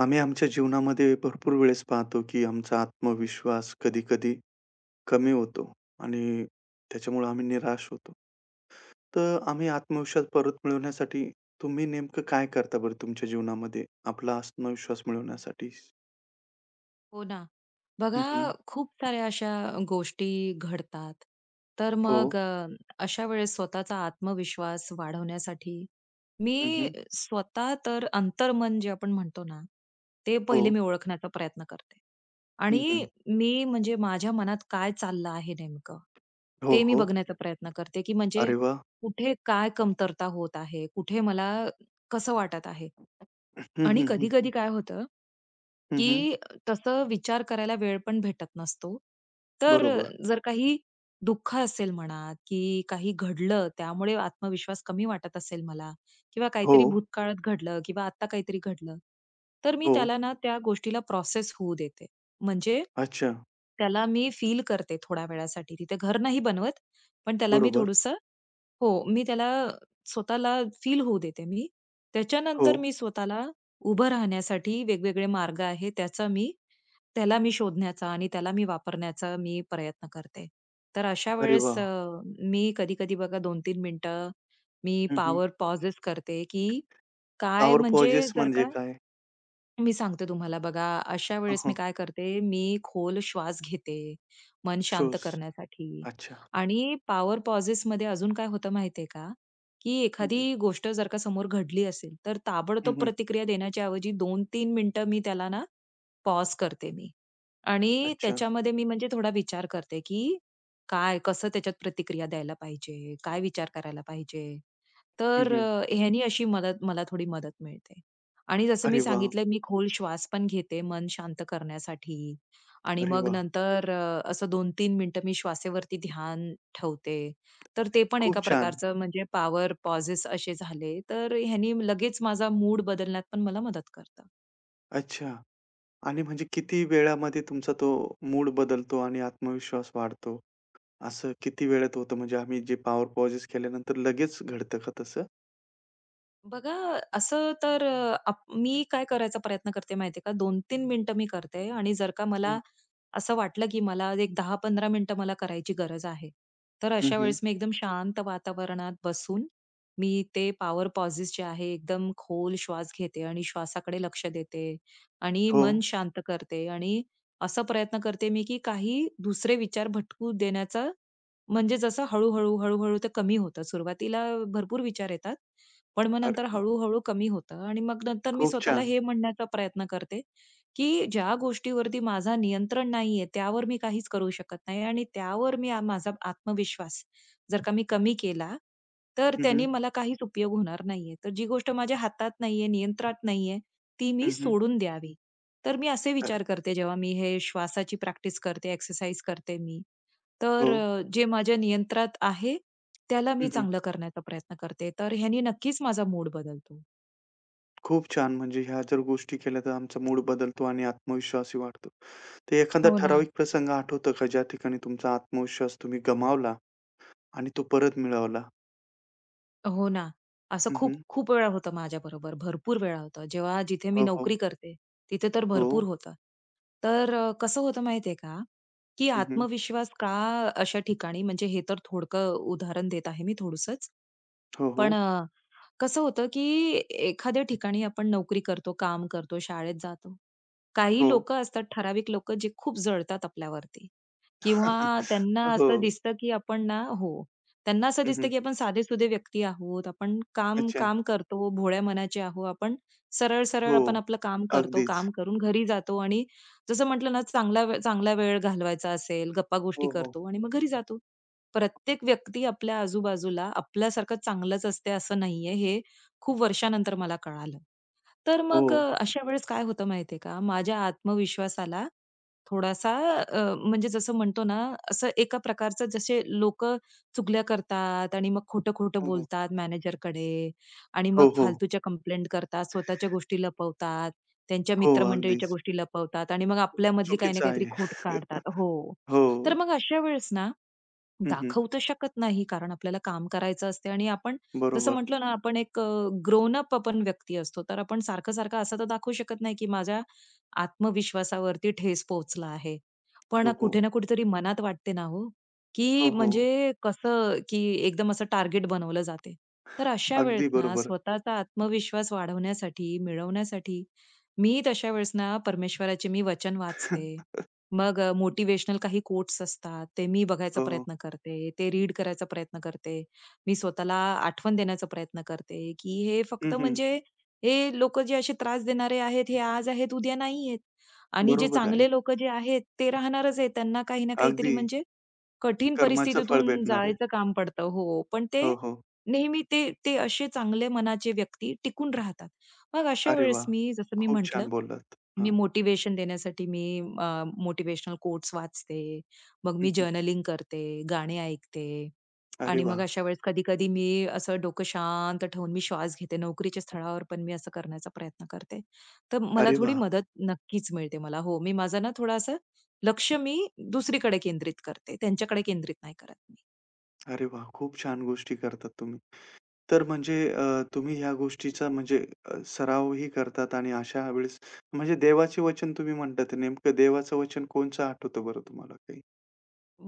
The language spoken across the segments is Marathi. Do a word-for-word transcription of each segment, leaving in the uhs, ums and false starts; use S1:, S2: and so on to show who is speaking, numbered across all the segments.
S1: आम्ही आमच्या जीवनामध्ये भरपूर वेळेस पाहतो, की आमचा आत्मविश्वास कधी-कधी कमी होतो आणि त्याच्यामुळे आम्ही निराश होतो. तर आम्ही आत्मविश्वास परत मिळवण्यासाठी तुम्ही नेमकं काय करता बरं तुमच्या जीवनामध्ये आपला आत्मविश्वास मिळवण्यासाठी?
S2: हो ना.
S1: हं,
S2: बघा,
S1: हं.
S2: खूप साऱ्या अशा गोष्टी घडतात. तर
S1: हो.
S2: मग अ, अशा वेळेस स्वतःचा आत्मविश्वास वाढवण्यासाठी मी
S1: हं,
S2: स्वतः तर अंतर्मन जे आपण म्हणतो ना, ते
S1: हो.
S2: पहिले मी ओळखण्याचा प्रयत्न करते.
S1: हं,
S2: आणि मी म्हणजे माझ्या मनात काय चाललं आहे नेमकं,
S1: हो,
S2: ते मी
S1: हो.
S2: बघण्याचा प्रयत्न करते, की म्हणजे
S1: अरे वाह!
S2: कुठे काय कमतरता होत आहे, कुठे मला कसं वाटत आहे.
S1: हं,
S2: आणि
S1: हं, हं, हं.
S2: कधी-कधी काय होतं
S1: हं, हं.
S2: की तसं विचार करायला वेळ पण भेटत नसतो. तर
S1: बरोबर.
S2: जर काही दुःख असेल म्हणा, की काही घडलं त्यामुळे आत्मविश्वास कमी वाटत असेल मला किंवा
S1: हो,
S2: काहीतरी भूतकाळात घडलं किंवा आत्ता काहीतरी घडलं, तर मी
S1: हो.
S2: त्याला ना त्या गोष्टीला प्रोसेस होऊ देते. म्हणजे
S1: अच्छा.
S2: त्याला मी फील करते थोड्या वेळासाठी. तिथे घर नाही बनवत, पण त्याला मी
S1: बरोबर.
S2: थोडंसं, हो, मी त्याला स्वतःला फील होऊ देते मी.
S1: हो.
S2: त्याच्यानंतर मी स्वतःला उभं राहण्यासाठी वेगवेगळे मार्ग आहेत, त्याचा मी त्याला मी शोधण्याचा आणि त्याला मी वापरण्याचा मी प्रयत्न करते. तर अशा
S1: अरे
S2: वेळेस अ,
S1: वाह!
S2: मी कधी-कधी बघा दोन तीन मिनिटं मी पॉवर पॉजेस करते, की काय
S1: पॉवर
S2: म्हणजे
S1: पॉजेस
S2: जर
S1: म्हणजे
S2: का
S1: काय?
S2: मी सांगते तुम्हाला बघा, अशा
S1: हं,
S2: वेळेस
S1: हं.
S2: मी काय करते, मी खोल श्वास घेते, मन शांत
S1: शोज.
S2: करण्यासाठी.
S1: अच्छा.
S2: आणि पॉवर पॉसेसमध्ये अजून काय होतं माहितीये का, की
S1: हं, हं.
S2: एखादी गोष्ट जर का समोर घडली असेल, तर
S1: हं,
S2: ताबडतोब
S1: हं.
S2: प्रतिक्रिया देण्याच्या ऐवजी दोन तीन मिनिटं मी त्याला ना, पॉज करते मी आणि
S1: अच्छा.
S2: त्याच्यामध्ये मी म्हणजे थोडा विचार करते, की काय, कसं त्याच्यात प्रतिक्रिया द्यायला पाहिजे? काय विचार करायला पाहिजे?
S1: हं,
S2: तर
S1: हं.
S2: अ, ह्यानी अशी मदत मला थोडी मदत मिळते. आणि जसं
S1: अरे
S2: मी
S1: वाह!
S2: सांगितलं मी खोल श्वास पण घेते मन शांत करण्यासाठी. आणि
S1: अरे
S2: मग
S1: वाह!
S2: नंतर अ, असं दोन तीन मिनिटं मी श्वासेवरती ध्यान ठेवते. तर ते पण
S1: खूप
S2: एका
S1: छान.
S2: प्रकारचं म्हणजे पॉवर पॉजेस असे झाले. तर ह्यानी लगेच माझा मूड बदलण्यात पण मला मदत करतं.
S1: अच्छा. आणि म्हणजे किती वेळामध्ये तुमचा तो मूड बदलतो आणि आत्मविश्वास वाढतो? असं किती वेळेत होतं? म्हणजे आम्ही जे पॉवर पॉजेस केल्यानंतर लगेच घडतं का तसं?
S2: बघा, असं तर अ, आप मी काय करायचा प्रयत्न करते माहितीये का, दोन तीन मिनिटं मी करते आणि जर का
S1: हं.
S2: मला असं वाटलं, की मला एक दहा पंधरा मिनिटं मला करायची गरज आहे. तर
S1: हं,
S2: अशा
S1: हं.
S2: वेळेस मी एकदम शांत वातावरणात बसून मी ते पॉवर पॉजेस जे आहे एकदम खोल श्वास घेते आणि श्वासाकडे लक्ष देते आणि
S1: हो.
S2: मन शांत करते आणि असा प्रयत्न करते मी, की काही दुसरे विचार भटकू देण्याचा. म्हणजे जसं हळू-हळू, हळूहळू ते कमी होतं. सुरुवातीला भरपूर विचार येतात. पण मग
S1: अरे
S2: नंतर
S1: वाह!
S2: हळू-हळू कमी होतं आणि मग नंतर मी
S1: खूप
S2: स्वतःला
S1: छान.
S2: हे म्हणण्याचा प्रयत्न करते, की ज्या गोष्टीवरती माझा नियंत्रण नाहीये, त्यावर मी काहीच करू शकत नाही आणि त्यावर मी आ माझा आत्मविश्वास जर का मी कमी केला, तर
S1: हं, हं.
S2: त्याने मला काहीच उपयोग होणार नाहीये. तर जी गोष्ट माझ्या हातात नाहीये, नियंत्रणात नाहीये, ती मी
S1: हं, हं.
S2: सोडून द्यावी. तर मी असे
S1: अ,
S2: विचार करते जेव्हा मी हे श्वासाची प्रॅक्टिस करते, एक्सरसाइज करते मी.
S1: हो.
S2: तर अ, जे माझ्या नियंत्रणात आहे त्याला मी
S1: हं, हं.
S2: चांगलं करण्याचा प्रयत्न करते. तर ह्यानी नक्कीच माझा मूड बदलतो.
S1: खूप छान. म्हणजे ह्या जर गोष्टी केल्या तर आमचा मूड बदलतो आणि आत्मविश्वासही वाढतो. तर एखादा
S2: हो ना.
S1: ठराविक प्रसंग आठवतो का ज्या ठिकाणी तुमचा आत्मविश्वास तुम्ही गमावला? आणि तो परत मिळवला.
S2: हो ना. असं
S1: हं,
S2: खूप
S1: हं.
S2: खूप वेळा होतं माझ्याबरोबर. भरपूर वेळा होतं. जेव्हा जिथे मी
S1: हो, हो.
S2: नोकरी करते, तिथे तर
S1: हो.
S2: भरपूर होतं. तर अ, कसं होतं माहितीये का, की
S1: हं, हं.
S2: आत्मविश्वास का अशा ठिकाणी, म्हणजे हे तर थोडकं उदाहरण देत आहे मी थोडसंच.
S1: हो,
S2: पण
S1: हो.
S2: अ, कसं होतं, की एखाद्या ठिकाणी आपण नोकरी करतो, काम करतो, शाळेत जातो. काही
S1: हो.
S2: लोकं असतात, ठराविक लोकं जे खूप जळतात आपल्यावरती. किंवा त्यांना
S1: हो.
S2: असं दिसतं, की आपण ना, हो. त्यांना असं
S1: हं, हं.
S2: दिसतं, की आपण साधेसुधे व्यक्ती आहोत. आपण काम
S1: अच्छा.
S2: काम करतो, भोळ्या मनाचे आहोत. आपण सरळ-सरळ
S1: हो.
S2: आपण आपलं काम करतो.
S1: अगदीच.
S2: काम करून घरी जातो आणि जसं म्हटलं ना, चांगला वे चांगला वेळ घालवायचा असेल, गप्पागोष्टी
S1: हो, हो.
S2: करतो आणि मग घरी जातो. प्रत्येक व्यक्ती आपल्या आजूबाजूला आपल्यासारखं चांगलंच असते असं नाहीये, हे खूप वर्षानंतर मला कळालं. तर
S1: हो.
S2: मग अ, अशा वेळेस काय होतं माहितीये का, माझ्या आत्मविश्वासाला थोडासा अ, म्हणजे जसं म्हणतो ना, असं एका प्रकारचं जसे लोक चुगल्या करतात आणि मग खोटं-खोटं
S1: हो, हो.
S2: बोलतात मॅनेजरकडे आणि
S1: हो,
S2: मग
S1: हो.
S2: फालतूच्या कंप्लेंट करतात, स्वतःच्या गोष्टी लपवतात, त्यांच्या
S1: हो,
S2: मित्रमंडळीच्या
S1: अगदीच.
S2: गोष्टी लपवतात आणि मग आपल्यामधली काही ना
S1: चुकीचं आहे.
S2: काहीतरी खोट काढतात. हो. तर
S1: हो.
S2: मग अशा वेळेस ना
S1: हं, हं.
S2: दाखवू तर शकत नाही, कारण आपल्याला काम करायचं असते आणि आपण, जसं
S1: बरोबर.
S2: म्हटलं ना, आपण एक अ, ग्रोन अप आपण व्यक्ती असतो. तर आपण सारखं-सारखं असं तर दाखवू शकत नाही, की माझ्या आत्मविश्वासावरती ठेस पोहोचला आहे. पण
S1: हो, हो.
S2: कुठे ना कुठेतरी मनात वाटते ना, हो, की
S1: हो, हो.
S2: म्हणजे कसं, की एकदम असं टार्गेट बनवलं जाते. तर अशा वेळेस
S1: अगदी
S2: ना,
S1: बरोबर.
S2: स्वतःचा आत्मविश्वास वाढवण्यासाठी, मिळवण्यासाठी, मी तशा वेळेस ना, परमेश्वराचे मी वचन वाचते. मग अ, मोटिव्हेशनल काही कोट्स असतात, ते मी बघायचा
S1: हो, हो.
S2: प्रयत्न करते. ते रीड करायचा प्रयत्न करते. मी स्वतःला आठवण देण्याचा प्रयत्न करते, की हे
S1: हं,
S2: फक्त
S1: हं.
S2: म्हणजे हे लोकं जे असे त्रास देणारे आहेत, हे आज आहेत, उद्या नाही आहेत. आणि जे
S1: बरोबर आहे.
S2: चांगले लोकं जे आहेत, ते राहणारच आहेत. त्यांना काही ना काहीतरी
S1: अगदी
S2: म्हणजे कठीण
S1: कर्माचं फळ
S2: परिस्थितीतून
S1: भेटणार आहे.
S2: जायचं काम पडतं. हो, पण ते
S1: हो, हो.
S2: नेहमी ते ते असे चांगले मनाचे व्यक्ती टिकून राहतात. मग अशा
S1: अरे
S2: वेळेस
S1: वाह!
S2: मी, जसं मी
S1: खूप
S2: म्हटलं,
S1: छान बोललात.
S2: मी
S1: हां.
S2: मोटिव्हेशन देण्यासाठी मी मोटिवेशनल कोट्स वाचते. मग
S1: हं,
S2: मी
S1: हं.
S2: जर्नलिंग करते, गाणे ऐकते
S1: अरे
S2: आणि मग
S1: वाह!
S2: अशा वेळेस कधी-कधी मी असं डोकं शांत ठेवून मी श्वास घेते. नोकरीच्या स्थळावर पण मी असं करण्याचा प्रयत्न करते. तर मला
S1: अरे
S2: थोडी
S1: वाह!
S2: मदत नक्कीच मिळते मला. हो, मी माझं ना थोडं असं लक्ष मी दुसरीकडे केंद्रित करते. त्यांच्याकडे केंद्रित नाही करत मी.
S1: अरे वाह! खूप छान गोष्टी करतात तुम्ही. तर म्हणजे अ, तुम्ही ह्या गोष्टीचा म्हणजे अ, सरावही करतात आणि अशा वेळेस म्हणजे देवाचे वचन तुम्ही म्हणतात. नेमकं देवाचं वचन कोणचं आठवतं बरं तुम्हाला काही?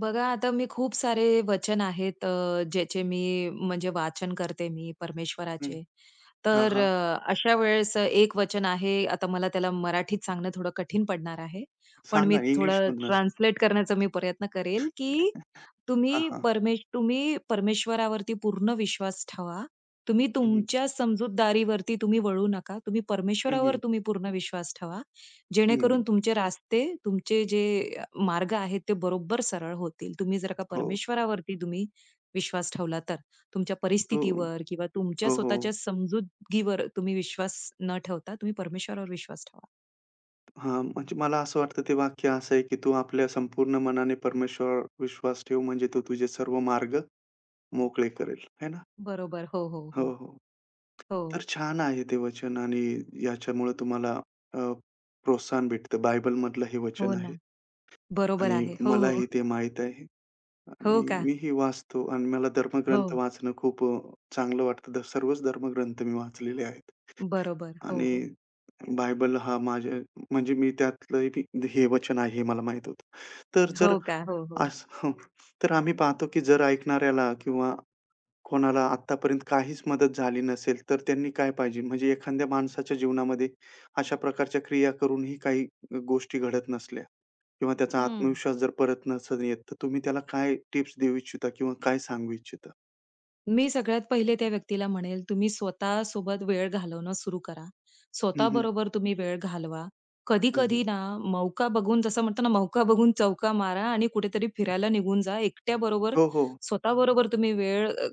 S2: बघा, आता मी, खूप सारे वचन आहेत अ, ज्याचे मी म्हणजे वाचन करते मी
S1: हं.
S2: परमेश्वराचे.
S1: हां,
S2: तर
S1: हां.
S2: अ, अशा वेळेस एक वचन आहे, आता मला त्याला मराठीत सांगणं थोडं कठीण पडणार आहे. पण मी
S1: सांगा
S2: थोडं
S1: इंग्लिशमधनं सांगा.
S2: ट्रान्सलेट करण्याचा मी प्रयत्न करेल, की
S1: हां,
S2: तुम्ही
S1: हां.
S2: परमेश तुम्ही परमेश्वरावरती पूर्ण विश्वास ठेवा. तुम्ही
S1: हं, हं.
S2: तुमच्या समजूतदारीवरती तुम्ही वळू नका. तुम्ही
S1: हं,
S2: परमेश्वरावर
S1: हं.
S2: तुम्ही पूर्ण विश्वास ठेवा.
S1: हं.
S2: जेणेकरून तुमचे रास्ते, तुमचे जे अ, मार्ग आहेत ते बरोबर सरळ होतील. तुम्ही जर का
S1: हो.
S2: परमेश्वरावरती तुम्ही विश्वास ठेवला तर. तुमच्या
S1: हो.
S2: परिस्थितीवर किंवा तुमच्या
S1: हो, हो.
S2: स्वतःच्या समजुतगीवर तुम्ही विश्वास न ठेवता तुम्ही परमेश्वरावर विश्वास ठेवा.
S1: हां, म्हणजे मला असं वाटतं ते वाक्य असं आहे, की "तू आपल्या संपूर्ण मनाने परमेश्वरावर विश्वास ठेव, म्हणजे तो तुझे सर्व मार्ग मोकळे करेल." है ना?
S2: बरोबर. हो, हो, हो.
S1: हो, हो.
S2: हो.
S1: तर छान आहे ते वचन आणि याच्यामुळे तुम्हाला अ, प्रोत्साहन भेटतं. बायबलमधलं हे
S2: हो
S1: वचन
S2: ना.
S1: आहे
S2: बरोबर
S1: आणि
S2: आहे. हो, हो.
S1: मलाही ते माहीत आहे
S2: हो
S1: आणि
S2: का?
S1: मीही वाचतो आणि मला
S2: हो.
S1: धर्मग्रंथ वाचणं खूप अ, चांगलं वाटतं. तर सर्वच धर्मग्रंथ मी वाचलेले आहेत
S2: बरोबर. हो, हो.
S1: आणि बायबल हा माझ्या म्हणजे मी त्यातलं बी हे वचन आहे हे मला माहीत होतं. तर जर
S2: हो का? हो, हो.
S1: असं तर आम्ही पाहतो की जर ऐकणाऱ्याला किंवा कोणाला आत्तापर्यंत काहीच मदत झाली नसेल, तर त्यांनी काय पाहिजे? म्हणजे एखाद्या माणसाच्या जीवनामध्ये अशा प्रकारच्या क्रिया करूनही काही गोष्टी घडत नसल्या किंवा त्याचा
S2: हं.
S1: आत्मविश्वास जर परत नसेल येत, तर तुम्ही त्याला काय टिप्स देऊ इच्छिता किंवा काय सांगू इच्छिता?
S2: मी सगळ्यात पहिले त्या व्यक्तीला म्हणेल, तुम्ही स्वतःसोबत वेळ घालवणं सुरू करा.
S1: हं,
S2: स्वतः
S1: हं.
S2: बरोबर तुम्ही वेळ घालवा.
S1: हं, हं.
S2: कधी-कधी ना, मौका बघून, जसं म्हणतो ना, मौका बघून चौका मारा आणि कुठेतरी फिरायला निघून जा. एकट्याबरोबर, बरोबर,
S1: हो, हो.
S2: स्वतः बरोबर तुम्ही वेळ अ,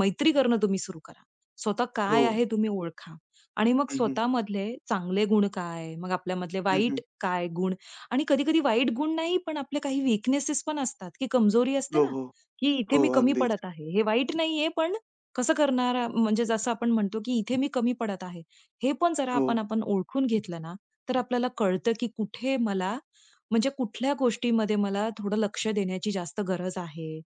S2: मैत्री करणं तुम्ही सुरू करा. स्वतः
S1: हो.
S2: काय आहे तुम्ही ओळखा आणि मग
S1: हं, हं.
S2: स्वतःमधले चांगले गुण काय, मग आपल्यामधले
S1: हं, हं.
S2: वाईट काय गुण. आणि कधी-कधी वाईट गुण नाही, पण आपले काही वीकनेसेस पण असतात, की कमजोरी असते
S1: हो,
S2: ना,
S1: हो.
S2: की इथे
S1: हो,
S2: मी कमी
S1: अगदीच.
S2: पडत आहे. हे वाईट नाहीये, पण कसं करणार, अ, म्हणजे जसं आपण म्हणतो की इथे मी कमी पडत आहे. हे पण जरा
S1: हो.
S2: आपण आपण ओळखून घेतलं ना, तर आपल्याला कळतं की कुठे मला, म्हणजे कुठल्या गोष्टीमध्ये मला थोडं लक्ष देण्याची जास्त गरज आहे.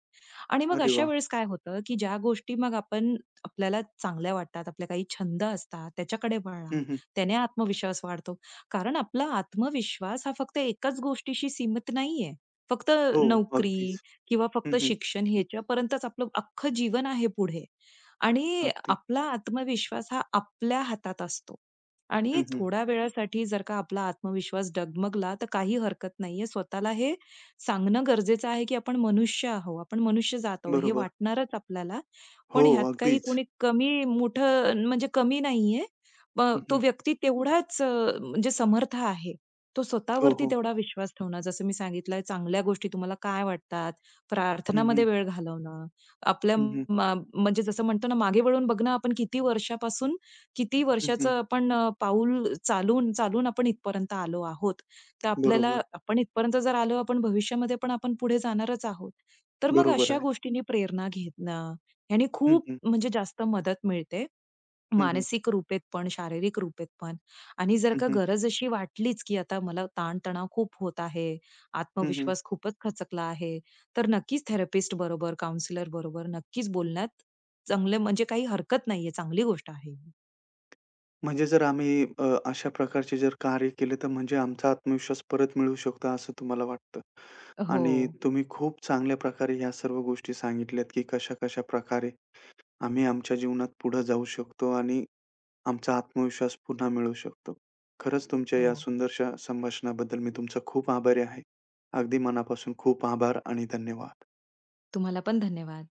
S2: आणि मग
S1: अरे
S2: अशा
S1: वाह!
S2: वेळेस काय होतं, की ज्या गोष्टी मग आपण, आपल्याला चांगल्या वाटतात, आपले काही छंद असतात, त्याच्याकडे वळा.
S1: हं, हं.
S2: त्याने आत्मविश्वास वाढतो. कारण आपला आत्मविश्वास हा फक्त एकाच गोष्टीशी सीमित नाहीये. फक्त
S1: हो,
S2: नोकरी
S1: अगदीच.
S2: किंवा
S1: हं,
S2: फक्त
S1: हं.
S2: शिक्षण ह्याच्यापर्यंतच आपलं अख्खं जीवन आहे पुढे. आणि
S1: अगदी.
S2: आपला आत्मविश्वास हा आपल्या हातात असतो.
S1: हं,
S2: आणि
S1: हं.
S2: थोड्या वेळासाठी जर का आपला आत्मविश्वास डगमगला, तर काही हरकत नाहीये. स्वतःला हे सांगणं गरजेचं आहे, की आपण मनुष्य आहोत, आपण मनुष्यजात आहोत, हे
S1: बरोबर.
S2: वाटणारच आपल्याला.
S1: हो,
S2: पण ह्यात काही
S1: अगदीच.
S2: कोणी कमी मोठं म्हणजे कमी नाहीये. प
S1: हं,
S2: तो
S1: हं.
S2: व्यक्ती तेवढाच अ, म्हणजे समर्थ आहे. तो
S1: हो,
S2: स्वतःवरती
S1: हो.
S2: तेवढा विश्वास ठेवणं, जसं मी सांगितलं चांगल्या गोष्टी तुम्हाला काय वाटतात,
S1: हं,
S2: प्रार्थनामध्ये
S1: हं.
S2: वेळ घालवणं, आपल्या
S1: हं, हं.
S2: मा म्हणजे जसं म्हणतो ना, मागे वळून बघणं आपण किती वर्षापासून, किती
S1: हं, हं.
S2: वर्षाचं आपण अ, पाऊल चालून, चालून आपण इथपर्यंत आलो आहोत. तर आपल्याला,
S1: बरोबर.
S2: आपण इथपर्यंत जर आलो, आपण भविष्यामध्ये पण आपण पुढे जाणारच आहोत. तर मग
S1: बरोबर
S2: अशा
S1: आहे.
S2: गोष्टींनी प्रेरणा घेणं, ह्याने
S1: हं,
S2: खूप
S1: हं.
S2: म्हणजे जास्त मदत मिळते.
S1: हं, हं.
S2: मानसिक रूपेत पण, शारीरिक रूपेत पण. आणि जर
S1: हं,
S2: का
S1: हं.
S2: गरज अशी वाटलीच, की आता मला ताण-तणाव खूप होत आहे,
S1: हं, हं.
S2: आत्मविश्वास खूपच खचकला आहे, तर नक्कीच थेरपिस्ट बरोबर, काउन्सिलर बरोबर नक्कीच बोलण्यात चांगलं, म्हणजे काही हरकत नाहीये, चांगली गोष्ट आहे.
S1: म्हणजे जर आम्ही अ, अशा प्रकारचे जर कार्य केले, तर म्हणजे आमचा आत्मविश्वास परत मिळू शकतो, असं तुम्हाला वाटतं. आणि
S2: हो,
S1: तुम्ही खूप चांगल्या प्रकारे ह्या सर्व गोष्टी सांगितल्यात, की कशा-कशा प्रकारे आम्ही आमच्या जीवनात पुढे जाऊ शकतो आणि आमचा आत्मविश्वास पुन्हा मिळवू शकतो. खरंच तुमच्या या
S2: हो.
S1: सुंदरशा संभाषणाबद्दल मी तुमचा खूप आभारी आहे. अगदी मनापासून खूप आभार आणि धन्यवाद.
S2: तुम्हाला पण धन्यवाद.